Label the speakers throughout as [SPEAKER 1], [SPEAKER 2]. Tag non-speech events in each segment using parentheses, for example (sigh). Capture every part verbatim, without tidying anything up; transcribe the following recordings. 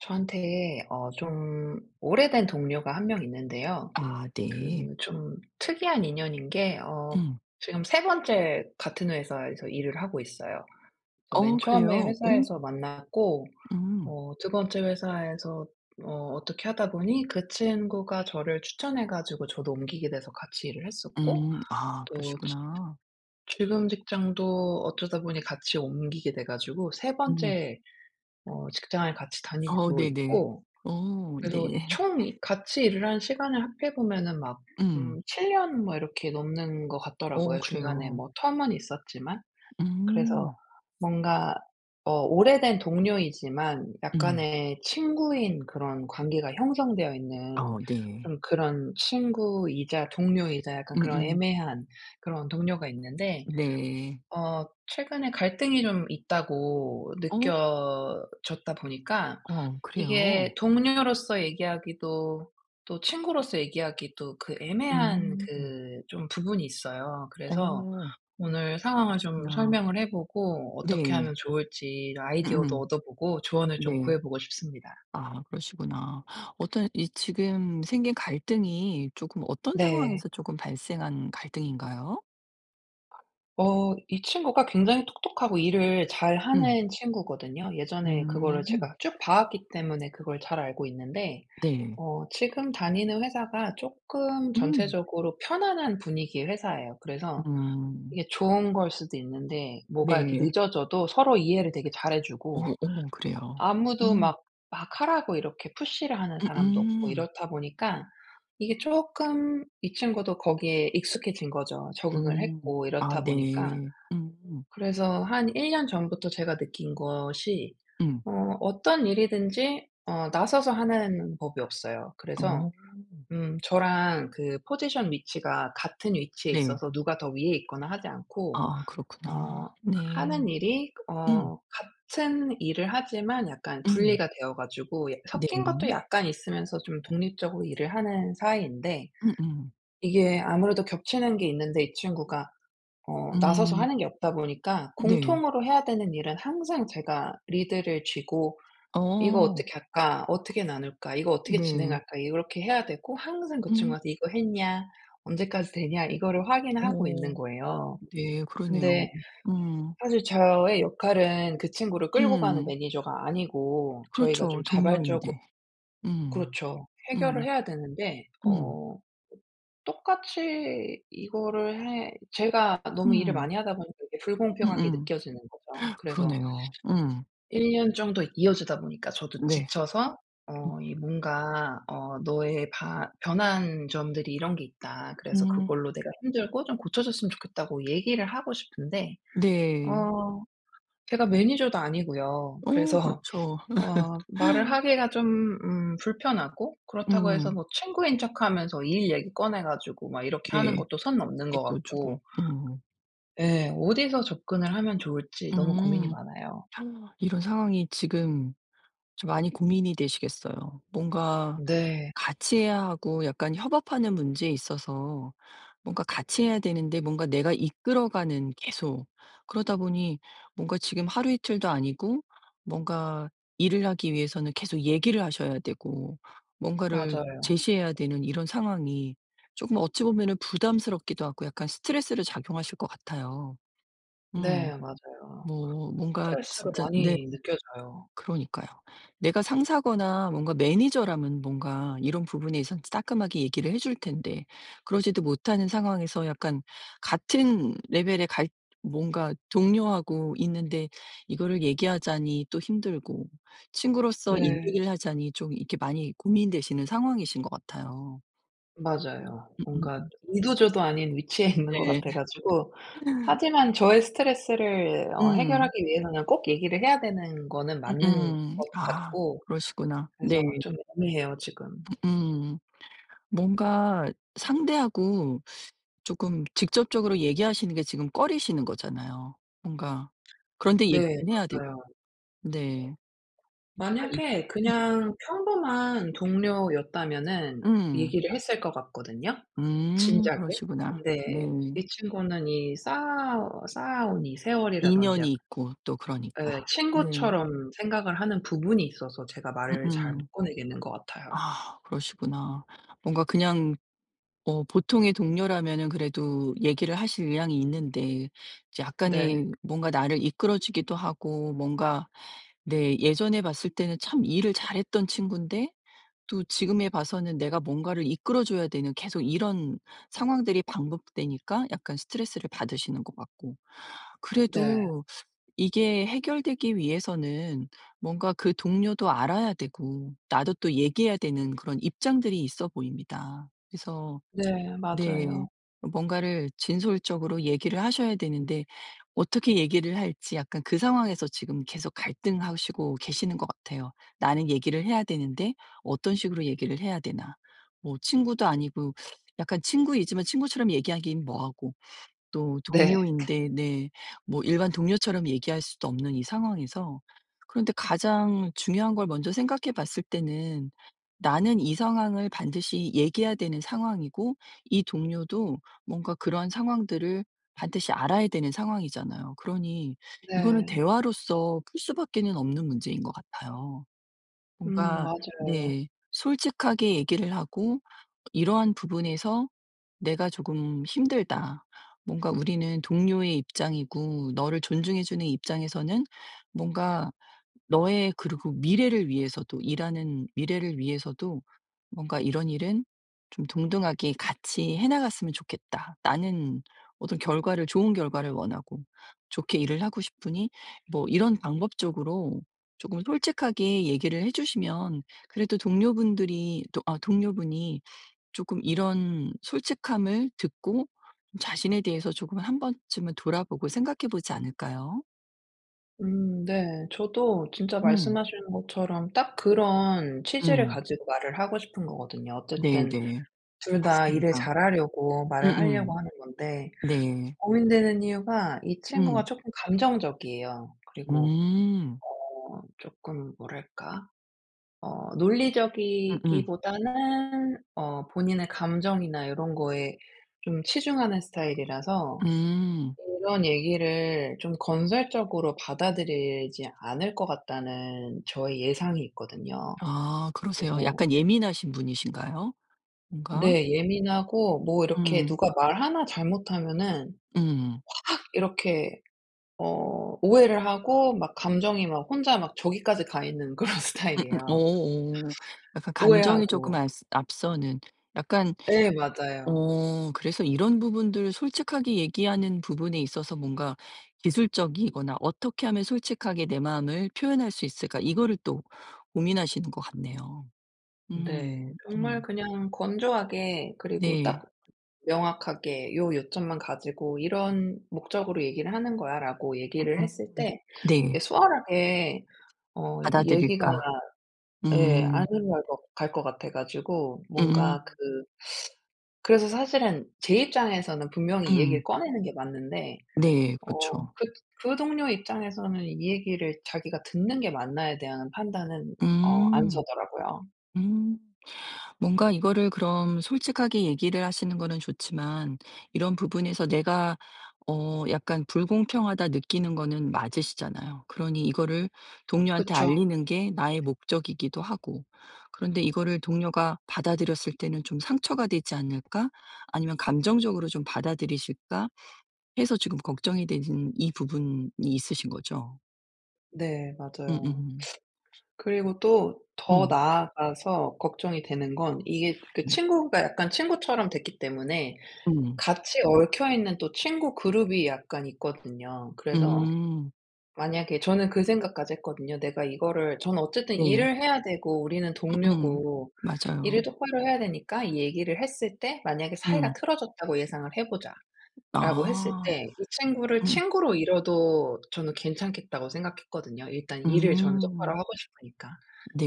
[SPEAKER 1] 저한테 어 좀 오래된 동료가 한 명 있는데요.
[SPEAKER 2] 아 네.
[SPEAKER 1] 그 좀 특이한 인연인 게 어
[SPEAKER 2] 음.
[SPEAKER 1] 지금 세 번째 같은 회사에서 일을 하고 있어요. 그래서
[SPEAKER 2] 어
[SPEAKER 1] 맨 처음에
[SPEAKER 2] 그래요? 오.
[SPEAKER 1] 회사에서 만났고
[SPEAKER 2] 음.
[SPEAKER 1] 어 두 번째 회사에서 어 어떻게 하다 보니 그 친구가 저를 추천해 가지고 저도 옮기게 돼서 같이 일을 했었고
[SPEAKER 2] 음. 아
[SPEAKER 1] 또 지
[SPEAKER 2] 그러시구나.
[SPEAKER 1] 지금 직장도 어쩌다 보니 같이 옮기게 돼 가지고 세
[SPEAKER 2] 음.
[SPEAKER 1] 번째 어 직장을 같이
[SPEAKER 2] 어
[SPEAKER 1] 다니고
[SPEAKER 2] 네네.
[SPEAKER 1] 있고,
[SPEAKER 2] 어
[SPEAKER 1] 그래서
[SPEAKER 2] 네.
[SPEAKER 1] 총 이 같이 일을 한 시간을 합해 보면은 막
[SPEAKER 2] 음.
[SPEAKER 1] 음 7 년 뭐 이렇게 넘는 것
[SPEAKER 2] 어
[SPEAKER 1] 같더라고요. 중간에
[SPEAKER 2] 그래요.
[SPEAKER 1] 뭐 텀은 있었지만. 그래서
[SPEAKER 2] 음.
[SPEAKER 1] 뭔가 어 오래된 동료이지만
[SPEAKER 2] 음.
[SPEAKER 1] 약간의 친구인 그런 관계가 형성되어 있는,
[SPEAKER 2] 어 네.
[SPEAKER 1] 좀 그런 친구이자 동료이자 약간 그런
[SPEAKER 2] 음음.
[SPEAKER 1] 애매한 그런 동료가 있는데,
[SPEAKER 2] 네.
[SPEAKER 1] 어 최근에 갈등이 좀 있다고
[SPEAKER 2] 어?
[SPEAKER 1] 느껴졌다 보니까
[SPEAKER 2] 어 그래요?
[SPEAKER 1] 이게 동료로서 얘기하기도, 또 친구로서 얘기하기도 그 애매한
[SPEAKER 2] 음.
[SPEAKER 1] 그 좀 부분이 있어요. 그래서
[SPEAKER 2] 어
[SPEAKER 1] 오늘 상황을 좀
[SPEAKER 2] 그러시구나.
[SPEAKER 1] 설명을 해 보고 어떻게
[SPEAKER 2] 네.
[SPEAKER 1] 하면 좋을지 아이디어도
[SPEAKER 2] 음음.
[SPEAKER 1] 얻어보고 조언을 좀
[SPEAKER 2] 네.
[SPEAKER 1] 구해 보고 싶습니다.
[SPEAKER 2] 아 그러시구나. 어떤 이 지금 생긴 갈등이 조금 어떤
[SPEAKER 1] 네.
[SPEAKER 2] 상황에서 조금 발생한 갈등인가요?
[SPEAKER 1] 어 이 친구가 굉장히 똑똑하고 일을
[SPEAKER 2] 음.
[SPEAKER 1] 잘하는 친구거든요. 예전에 그거를
[SPEAKER 2] 음.
[SPEAKER 1] 제가 쭉 봐 왔기 때문에 그걸 잘 알고 있는데,
[SPEAKER 2] 네.
[SPEAKER 1] 어 지금 다니는 회사가 쪼끔
[SPEAKER 2] 음.
[SPEAKER 1] 전체적으로 편안한 분위기의 회사예요. 그래서
[SPEAKER 2] 음.
[SPEAKER 1] 이게 좋은 걸 수도 있는데 뭐가 이렇게
[SPEAKER 2] 네.
[SPEAKER 1] 늦어져도 서로 이해를 되게 잘해
[SPEAKER 2] 어
[SPEAKER 1] 주고,
[SPEAKER 2] 어 그래요.
[SPEAKER 1] 아무도
[SPEAKER 2] 음.
[SPEAKER 1] 막 막 하라고 이렇게 푸시를 하는 사람도 없고
[SPEAKER 2] 음음.
[SPEAKER 1] 이렇다 보니까 이게 조금 이 친구도 거기에 익숙해진 거죠. 적응을
[SPEAKER 2] 음.
[SPEAKER 1] 했고
[SPEAKER 2] 아
[SPEAKER 1] 이렇다 보니까.
[SPEAKER 2] 네. 음.
[SPEAKER 1] 그래서 한 일 년 전부터 제가 느낀 것이
[SPEAKER 2] 음.
[SPEAKER 1] 어 어떤 일이든지 어 나서서 하는 법이 없어요. 그래서
[SPEAKER 2] 어.
[SPEAKER 1] 음 저랑 그 포지션 위치가 같은 위치에
[SPEAKER 2] 네.
[SPEAKER 1] 있어서 누가 더 위에 있거나 하지 않고,
[SPEAKER 2] 아
[SPEAKER 1] 어
[SPEAKER 2] 그렇구나. 네.
[SPEAKER 1] 하는 일이
[SPEAKER 2] 음.
[SPEAKER 1] 어 같은 일을 하지만 약간
[SPEAKER 2] 음.
[SPEAKER 1] 분리가 되어 가지고, 예
[SPEAKER 2] 네.
[SPEAKER 1] 섞인 것도 약간 있으면서 좀 독립적으로 일을 하는 사이인데,
[SPEAKER 2] 음음.
[SPEAKER 1] 이게 아무래도 겹치는 게 있는데 이 친구가 어 나서서
[SPEAKER 2] 음.
[SPEAKER 1] 하는 게 없다 보니까
[SPEAKER 2] 네.
[SPEAKER 1] 공통으로 해야 되는 일은 항상 제가 리드를 쥐고 '이거
[SPEAKER 2] 어.
[SPEAKER 1] 어떻게 할까? 어떻게 나눌까? 이거 어떻게
[SPEAKER 2] 네.
[SPEAKER 1] 진행할까?' 이렇게 해야 되고, 항상 그
[SPEAKER 2] 음.
[SPEAKER 1] 친구한테 "이거 했냐? 언제까지 되냐?" 이거를 확인하고 있는
[SPEAKER 2] 어.
[SPEAKER 1] 거예요.
[SPEAKER 2] 네. 그러네요.
[SPEAKER 1] 근데
[SPEAKER 2] 음.
[SPEAKER 1] 사실 저의 역할은 그 친구를 끌고 가는
[SPEAKER 2] 음.
[SPEAKER 1] 매니저가 아니고 저희가
[SPEAKER 2] 그렇죠.
[SPEAKER 1] 좀 자발적으로,
[SPEAKER 2] 동료인데. 음.
[SPEAKER 1] 그렇죠, 해결을
[SPEAKER 2] 음.
[SPEAKER 1] 해야 되는데
[SPEAKER 2] 음.
[SPEAKER 1] 어 똑같이 이거를 해, 제가 너무 일을
[SPEAKER 2] 음.
[SPEAKER 1] 많이 하다 보니까 이게 불공평하게
[SPEAKER 2] 음음.
[SPEAKER 1] 느껴지는 거죠. 그래서
[SPEAKER 2] 그러네요. 음.
[SPEAKER 1] 일 년 정도 이어지다 보니까 저도
[SPEAKER 2] 네.
[SPEAKER 1] 지쳐서 어 이 뭔가 어 "너의 바 변한 점들이 이런 게 있다. 그래서
[SPEAKER 2] 음.
[SPEAKER 1] 그걸로 내가 힘들고 좀 고쳐줬으면 좋겠다."고 얘기를 하고 싶은데,
[SPEAKER 2] 네.
[SPEAKER 1] 어 제가 매니저도 아니고요.
[SPEAKER 2] 어
[SPEAKER 1] 그래서
[SPEAKER 2] 그렇죠.
[SPEAKER 1] (laughs) 어 말을 하기가 좀 음 불편하고, 그렇다고 해서
[SPEAKER 2] 음.
[SPEAKER 1] 뭐 친구인 척하면서 일 얘기 꺼내 가지고 막 이렇게 하는
[SPEAKER 2] 네.
[SPEAKER 1] 것도 선 넘는
[SPEAKER 2] 이게
[SPEAKER 1] 것
[SPEAKER 2] 또 조금
[SPEAKER 1] 같고,
[SPEAKER 2] 음.
[SPEAKER 1] 예 어디서 접근을 하면 좋을지 너무 고민이
[SPEAKER 2] 음.
[SPEAKER 1] 많아요.
[SPEAKER 2] 이런 상황이 지금 좀 많이 고민이 되시겠어요. 뭔가
[SPEAKER 1] 네.
[SPEAKER 2] 같이 해야 하고 약간 협업하는 문제에 있어서 뭔가 같이 해야 되는데 뭔가 내가 이끌어가는 계속 그러다 보니 뭔가 지금 하루 이틀도 아니고 뭔가 일을 하기 위해서는 계속 얘기를 하셔야 되고 뭔가를
[SPEAKER 1] 맞아요.
[SPEAKER 2] 제시해야 되는 이런 상황이 조금 어찌 보면은 부담스럽기도 하고 약간 스트레스를 작용하실 것 같아요. 음.
[SPEAKER 1] 네, 맞아요.
[SPEAKER 2] 뭐 뭔가
[SPEAKER 1] 스트레스를
[SPEAKER 2] 진짜 네.
[SPEAKER 1] 많이 느껴져요.
[SPEAKER 2] 그러니까요. 내가 상사거나 뭔가 매니저라면 뭔가 이런 부분에 있어서 따끔하게 얘기를 해줄 텐데 그러지도 못하는 상황에서 약간 같은 레벨의 갈 뭔가 동료하고 있는데 이거를 얘기하자니 또 힘들고 친구로서 일
[SPEAKER 1] 네,
[SPEAKER 2] 얘기를 하자니 좀 이렇게 많이 고민되시는 상황이신 것 같아요.
[SPEAKER 1] 맞아요. 뭔가
[SPEAKER 2] 음음.
[SPEAKER 1] 이도저도 아닌 위치에 (laughs) 있는 것
[SPEAKER 2] 네.
[SPEAKER 1] 같아 가지고. 하지만 저의 스트레스를 어
[SPEAKER 2] 음.
[SPEAKER 1] 해결하기 위해서는 꼭 얘기를 해야 되는 거는 맞는
[SPEAKER 2] 음음.
[SPEAKER 1] 것
[SPEAKER 2] 아
[SPEAKER 1] 같고,
[SPEAKER 2] 그러시구나. 네.
[SPEAKER 1] 그래서 좀 애매해요 지금.
[SPEAKER 2] 음. 뭔가 상대하고 조금 직접적으로 얘기하시는 게 지금 꺼리시는 거잖아요. 뭔가 그런데
[SPEAKER 1] 네,
[SPEAKER 2] 얘기는 해야 되고.
[SPEAKER 1] 맞아요.
[SPEAKER 2] 네. 그러니까
[SPEAKER 1] 만약에
[SPEAKER 2] 이게
[SPEAKER 1] 그냥 평범한 동료였다면은
[SPEAKER 2] 음.
[SPEAKER 1] 얘기를 했을 것 같거든요,
[SPEAKER 2] 음. 음.
[SPEAKER 1] 진작에.
[SPEAKER 2] 그러시구나. 네.
[SPEAKER 1] 근데 이 친구는 이 쌓아 쌓아온 이 세월이라든지
[SPEAKER 2] 인연이
[SPEAKER 1] 약간,
[SPEAKER 2] 있고 또
[SPEAKER 1] 예
[SPEAKER 2] 그러니까. 네.
[SPEAKER 1] 친구처럼 생각을 하는 부분이 있어서 제가 말을 잘 못
[SPEAKER 2] 음음.
[SPEAKER 1] 꺼내겠는 것 같아요.
[SPEAKER 2] 아 그러시구나. 뭔가 그냥 어 보통의 동료라면은 그래도 얘기를 하실 의향이 있는데 이제
[SPEAKER 1] 네.
[SPEAKER 2] 약간의 뭔가 나를 이끌어 주기도 하고 뭔가 네 예전에 봤을 때는 참 일을 잘했던 친군데 또 지금에 봐서는 내가 뭔가를 이끌어 줘야 되는 계속 이런 상황들이 반복되니까 약간 스트레스를 받으시는 것 같고.
[SPEAKER 1] 네.
[SPEAKER 2] 그래도 이게 해결되기 위해서는 뭔가 그 동료도 알아야 되고 나도 또 얘기해야 되는 그런 입장들이 있어 보입니다. 그래서
[SPEAKER 1] 네,
[SPEAKER 2] 네.
[SPEAKER 1] 맞아요.
[SPEAKER 2] 뭔가를 진솔적으로 얘기를 하셔야 되는데 어떻게 얘기를 할지 약간 그 상황에서 지금 계속 갈등하시고 계시는 것 같아요. '나는 얘기를 해야 되는데 어떤 식으로 얘기를 해야 되나?' 뭐 친구도 아니고 약간 친구이지만 친구처럼 얘기하긴 뭐하고. 또
[SPEAKER 1] 네.
[SPEAKER 2] 동료인데 네 뭐 일반 동료처럼 얘기할 수도 없는 이 상황에서 그런데 가장 중요한 걸 먼저 생각해 봤을 때는 나는 이 상황을 반드시 얘기해야 되는 상황이고 이 동료도 뭔가 그런 상황들을 반드시 알아야 되는 상황이잖아요. 그러니 이거는
[SPEAKER 1] 네.
[SPEAKER 2] 대화로서 풀 수밖에는 없는 문제인 것 같아요.
[SPEAKER 1] 음,
[SPEAKER 2] 뭔가
[SPEAKER 1] 맞아요.
[SPEAKER 2] 네. 솔직하게 얘기를 하고 이러한 부분에서 내가 조금 힘들다. 뭔가 우리는 동료의 입장이고 너를 존중해 주는 입장에서는 뭔가 너의 그리고 미래를 위해서도 일하는 미래를 위해서도 뭔가 이런 일은 좀 동등하게 같이 해 나갔으면 좋겠다. 나는 어떤 결과를 좋은 결과를 원하고 좋게 일을 하고 싶으니 뭐 이런 방법적으로 조금 솔직하게 얘기를 해 주시면 그래도 동료분들이 또 아 동료분이 조금 이런 솔직함을 듣고 좀 자신에 대해서 조금 한번쯤은 돌아보고 생각해 보지 않을까요?
[SPEAKER 1] 음, 네. 저도 진짜
[SPEAKER 2] 음.
[SPEAKER 1] 말씀하시는 것처럼 딱 그런 취지를
[SPEAKER 2] 음.
[SPEAKER 1] 가지고 말을 하고 싶은 거거든요. 어쨌든
[SPEAKER 2] 네네.
[SPEAKER 1] 둘 다 일을
[SPEAKER 2] 맞습니다.
[SPEAKER 1] 잘하려고 말을
[SPEAKER 2] 음음.
[SPEAKER 1] 하려고 하는 건데
[SPEAKER 2] 네.
[SPEAKER 1] 고민되는 이유가 이 친구가
[SPEAKER 2] 음.
[SPEAKER 1] 조금 감정적이에요. 그리고
[SPEAKER 2] 음.
[SPEAKER 1] 어금 뭐랄까? 어
[SPEAKER 2] 음음.
[SPEAKER 1] 논리적이기보다는 어 본인의 감정이나 이런 거에 좀 치중하는 스타일이라서
[SPEAKER 2] 음.
[SPEAKER 1] 이런 얘기를 좀 건설적으로 받아들이지 않을 것 같다는 저의 예상이 있거든요.
[SPEAKER 2] 아 그러세요.
[SPEAKER 1] 그래서
[SPEAKER 2] 약간 예민하신 분이신가요? 뭔가?
[SPEAKER 1] 네 예민하고 뭐 이렇게
[SPEAKER 2] 음.
[SPEAKER 1] 누가 말 하나 잘못하면은
[SPEAKER 2] 음.
[SPEAKER 1] 이렇게 어 오해를 하고 막 감정이 막 혼자 막 저기까지 가 있는 그런 (laughs)
[SPEAKER 2] 음음.
[SPEAKER 1] 스타일이에요.
[SPEAKER 2] 어어. 약간 감정이 조금
[SPEAKER 1] 오해하고.
[SPEAKER 2] 앞 앞서는 약간
[SPEAKER 1] 네, 맞아요.
[SPEAKER 2] 어 그래서 이런 부분들을 솔직하게 얘기하는 부분에 있어서 뭔가 기술적이거나 '어떻게 하면 솔직하게 내 마음을 표현할 수 있을까?' 이거를 또 고민하시는 것 같네요.
[SPEAKER 1] 네.
[SPEAKER 2] 음.
[SPEAKER 1] 정말
[SPEAKER 2] 음.
[SPEAKER 1] 그냥 건조하게 그리고
[SPEAKER 2] 네.
[SPEAKER 1] 딱 명확하게 "요 요점만 가지고 이런 목적으로 얘기를 하는 거야."라고
[SPEAKER 2] 음.
[SPEAKER 1] 얘기를 했을
[SPEAKER 2] 음.
[SPEAKER 1] 때 이게
[SPEAKER 2] 네.
[SPEAKER 1] 수월하게 어 얘기가,
[SPEAKER 2] 받아들일까?
[SPEAKER 1] 예
[SPEAKER 2] 음.
[SPEAKER 1] 안 흘러갈 것 갈 것 같아 가지고. 뭔가 그
[SPEAKER 2] 음.
[SPEAKER 1] 그래서 사실은 제 입장에서는 분명히 이
[SPEAKER 2] 음.
[SPEAKER 1] 얘기를 꺼내는 게 맞는데,
[SPEAKER 2] 네.
[SPEAKER 1] 어
[SPEAKER 2] 그렇죠.
[SPEAKER 1] 그 그 동료 입장에서는 이 얘기를 자기가 듣는 게 맞나에 대한 판단은 어 안
[SPEAKER 2] 음.
[SPEAKER 1] 서더라고요.
[SPEAKER 2] 음. 뭔가 이거를 그럼 솔직하게 얘기를 하시는 거는 좋지만 이런 부분에서 내가 어 약간 불공평하다 느끼는 거는 맞으시잖아요. 그러니 이거를 동료한테
[SPEAKER 1] 그쵸.
[SPEAKER 2] 알리는 게 나의 목적이기도 하고. 그런데 이거를 동료가 받아들였을 때는 좀 상처가 되지 않을까? 아니면 감정적으로 좀 받아들이실까? 해서 지금 걱정이 되는 이 부분이 있으신 거죠.
[SPEAKER 1] 네, 맞아요.
[SPEAKER 2] 음음.
[SPEAKER 1] 그리고 또 더
[SPEAKER 2] 음.
[SPEAKER 1] 나아가서 걱정이 되는 건 이게 그
[SPEAKER 2] 음.
[SPEAKER 1] 친구가 약간 친구처럼 됐기 때문에
[SPEAKER 2] 음.
[SPEAKER 1] 같이 얽혀 있는 또 친구 그룹이 약간 있거든요. 그래서
[SPEAKER 2] 음. 음,
[SPEAKER 1] 만약에, 저는 그 생각까지 했거든요. '내가 이거를', 저는 어쨌든
[SPEAKER 2] 네.
[SPEAKER 1] 일을 해야 되고 우리는
[SPEAKER 2] 음음.
[SPEAKER 1] 동료고 일을
[SPEAKER 2] 맞아요.
[SPEAKER 1] 똑바로 해야 되니까 이 얘기를 했을 때 만약에
[SPEAKER 2] 음.
[SPEAKER 1] 사이가 틀어졌다고 예상을 해 보자라고 했을
[SPEAKER 2] 아.
[SPEAKER 1] 때, 이 친구를
[SPEAKER 2] 음.
[SPEAKER 1] 친구로 잃어도 저는 괜찮겠다고 생각했거든요. 일단 일을 저는 똑바로
[SPEAKER 2] 음.
[SPEAKER 1] 하고 싶으니까.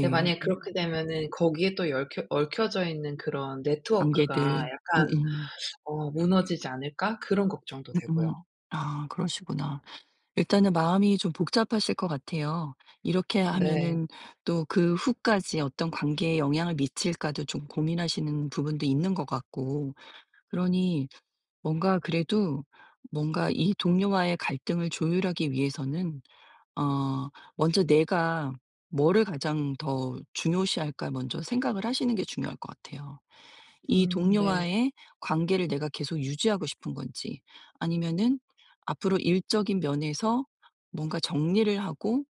[SPEAKER 1] 근데 만약에 그렇게 되면은 거기에 또 얽혀 얽혀져 있는 그런 네트워크가
[SPEAKER 2] 단계들.
[SPEAKER 1] 약간
[SPEAKER 2] 음음.
[SPEAKER 1] 어 '무너지지 않을까?' 그런 걱정도
[SPEAKER 2] 음음.
[SPEAKER 1] 되고요.
[SPEAKER 2] 아 그러시구나. 일단은 마음이 좀 복잡하실 것 같아요. 이렇게
[SPEAKER 1] 네.
[SPEAKER 2] 하면은 또 그 후까지 어떤 관계에 영향을 미칠까도 좀 고민하시는 부분도 있는 것 같고 그러니 뭔가 그래도 뭔가 이 동료와의 갈등을 조율하기 위해서는 어 먼저 '내가 뭐를 가장 더 중요시할까.' 먼저 생각을 하시는 게 중요할 것 같아요. 이
[SPEAKER 1] 음, 네.
[SPEAKER 2] 동료와의 관계를 내가 계속 유지하고 싶은 건지 아니면은 앞으로 일적인 면에서 뭔가 정리를 하고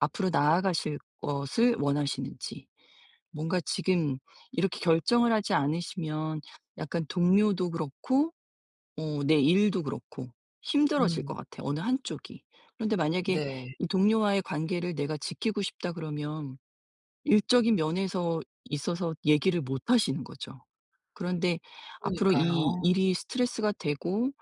[SPEAKER 2] 앞으로 나아가실 것을 원하시는지. 뭔가 지금 이렇게 결정을 하지 않으시면 약간 동료도 그렇고 어 내 일도 그렇고 힘들어질 것
[SPEAKER 1] 음,
[SPEAKER 2] 같아, 어느 한쪽이. 그런데 만약에
[SPEAKER 1] 네.
[SPEAKER 2] 이 동료와의 관계를 내가 지키고 싶다 그러면 일적인 면에서 있어서 얘기를 못 하시는 거죠. 그런데 앞으로 이
[SPEAKER 1] 그러니까요.
[SPEAKER 2] 일이 스트레스가 되고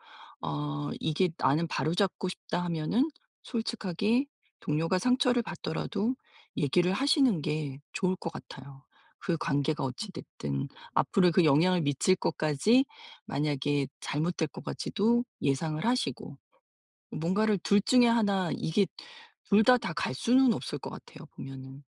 [SPEAKER 2] 어 이게 '나는 바로잡고 싶다.' 하면은 솔직하게 동료가 상처를 받더라도 얘기를 하시는 게 좋을 것 같아요. 그 관계가 어찌 됐든 앞으로 그 영향을 미칠 것까지 만약에 잘못될 것 같이도 예상을 하시고 뭔가를 둘 중에 하나 이게 둘 다 다 갈 수는 없을 것 같아요 보면은.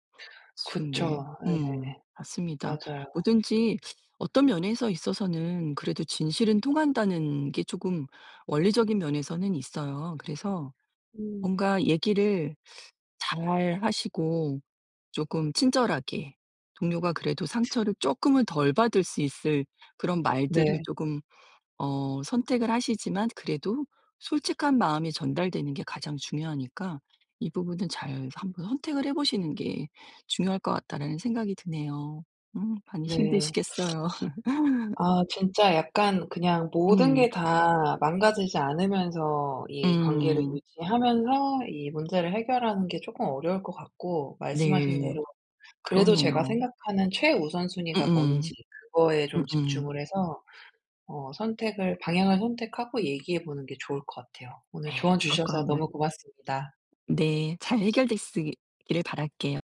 [SPEAKER 2] 지금 네.
[SPEAKER 1] 그쵸. 예.
[SPEAKER 2] 음 맞습니다.
[SPEAKER 1] 맞아요.
[SPEAKER 2] 뭐든지 어떤 면에서 있어서는 그래도 진실은 통한다는 게 조금 원리적인 면에서는 있어요. 그래서
[SPEAKER 1] 음,
[SPEAKER 2] 뭔가 얘기를 잘 하시고 조금 친절하게 동료가 그래도 상처를 조금은 덜 받을 수 있을 그런 말들을
[SPEAKER 1] 네.
[SPEAKER 2] 조금 어 선택을 하시지만 그래도 솔직한 마음이 전달되는 게 가장 중요하니까 이 부분은 잘 한번 선택을 해 보시는 게 중요할 것 같다라는 생각이 드네요. 음 많이
[SPEAKER 1] 네.
[SPEAKER 2] 힘드시겠어요. (laughs)
[SPEAKER 1] 아 진짜 약간 그냥 모든
[SPEAKER 2] 음.
[SPEAKER 1] 게 다 망가지지 않으면서 이 관계를
[SPEAKER 2] 음.
[SPEAKER 1] 유지하면서 이 문제를 해결하는 게 쪼끔 어려울 것 같고, 말씀하신
[SPEAKER 2] 네.
[SPEAKER 1] 대로 그래도 제가
[SPEAKER 2] 그러네요.
[SPEAKER 1] 생각하는 최우선순위가
[SPEAKER 2] 음음.
[SPEAKER 1] 뭔지 그거에 좀
[SPEAKER 2] 음음.
[SPEAKER 1] 집중을 해서 어 선택을, 방향을 선택하고 얘기해 보는 게 좋을 것 같아요. 오늘
[SPEAKER 2] 네.
[SPEAKER 1] 조언
[SPEAKER 2] 그럴 것
[SPEAKER 1] 주셔서
[SPEAKER 2] 같네요.
[SPEAKER 1] 너무 고맙습니다.
[SPEAKER 2] 네. 잘 해결됐으 기를 바랄게요.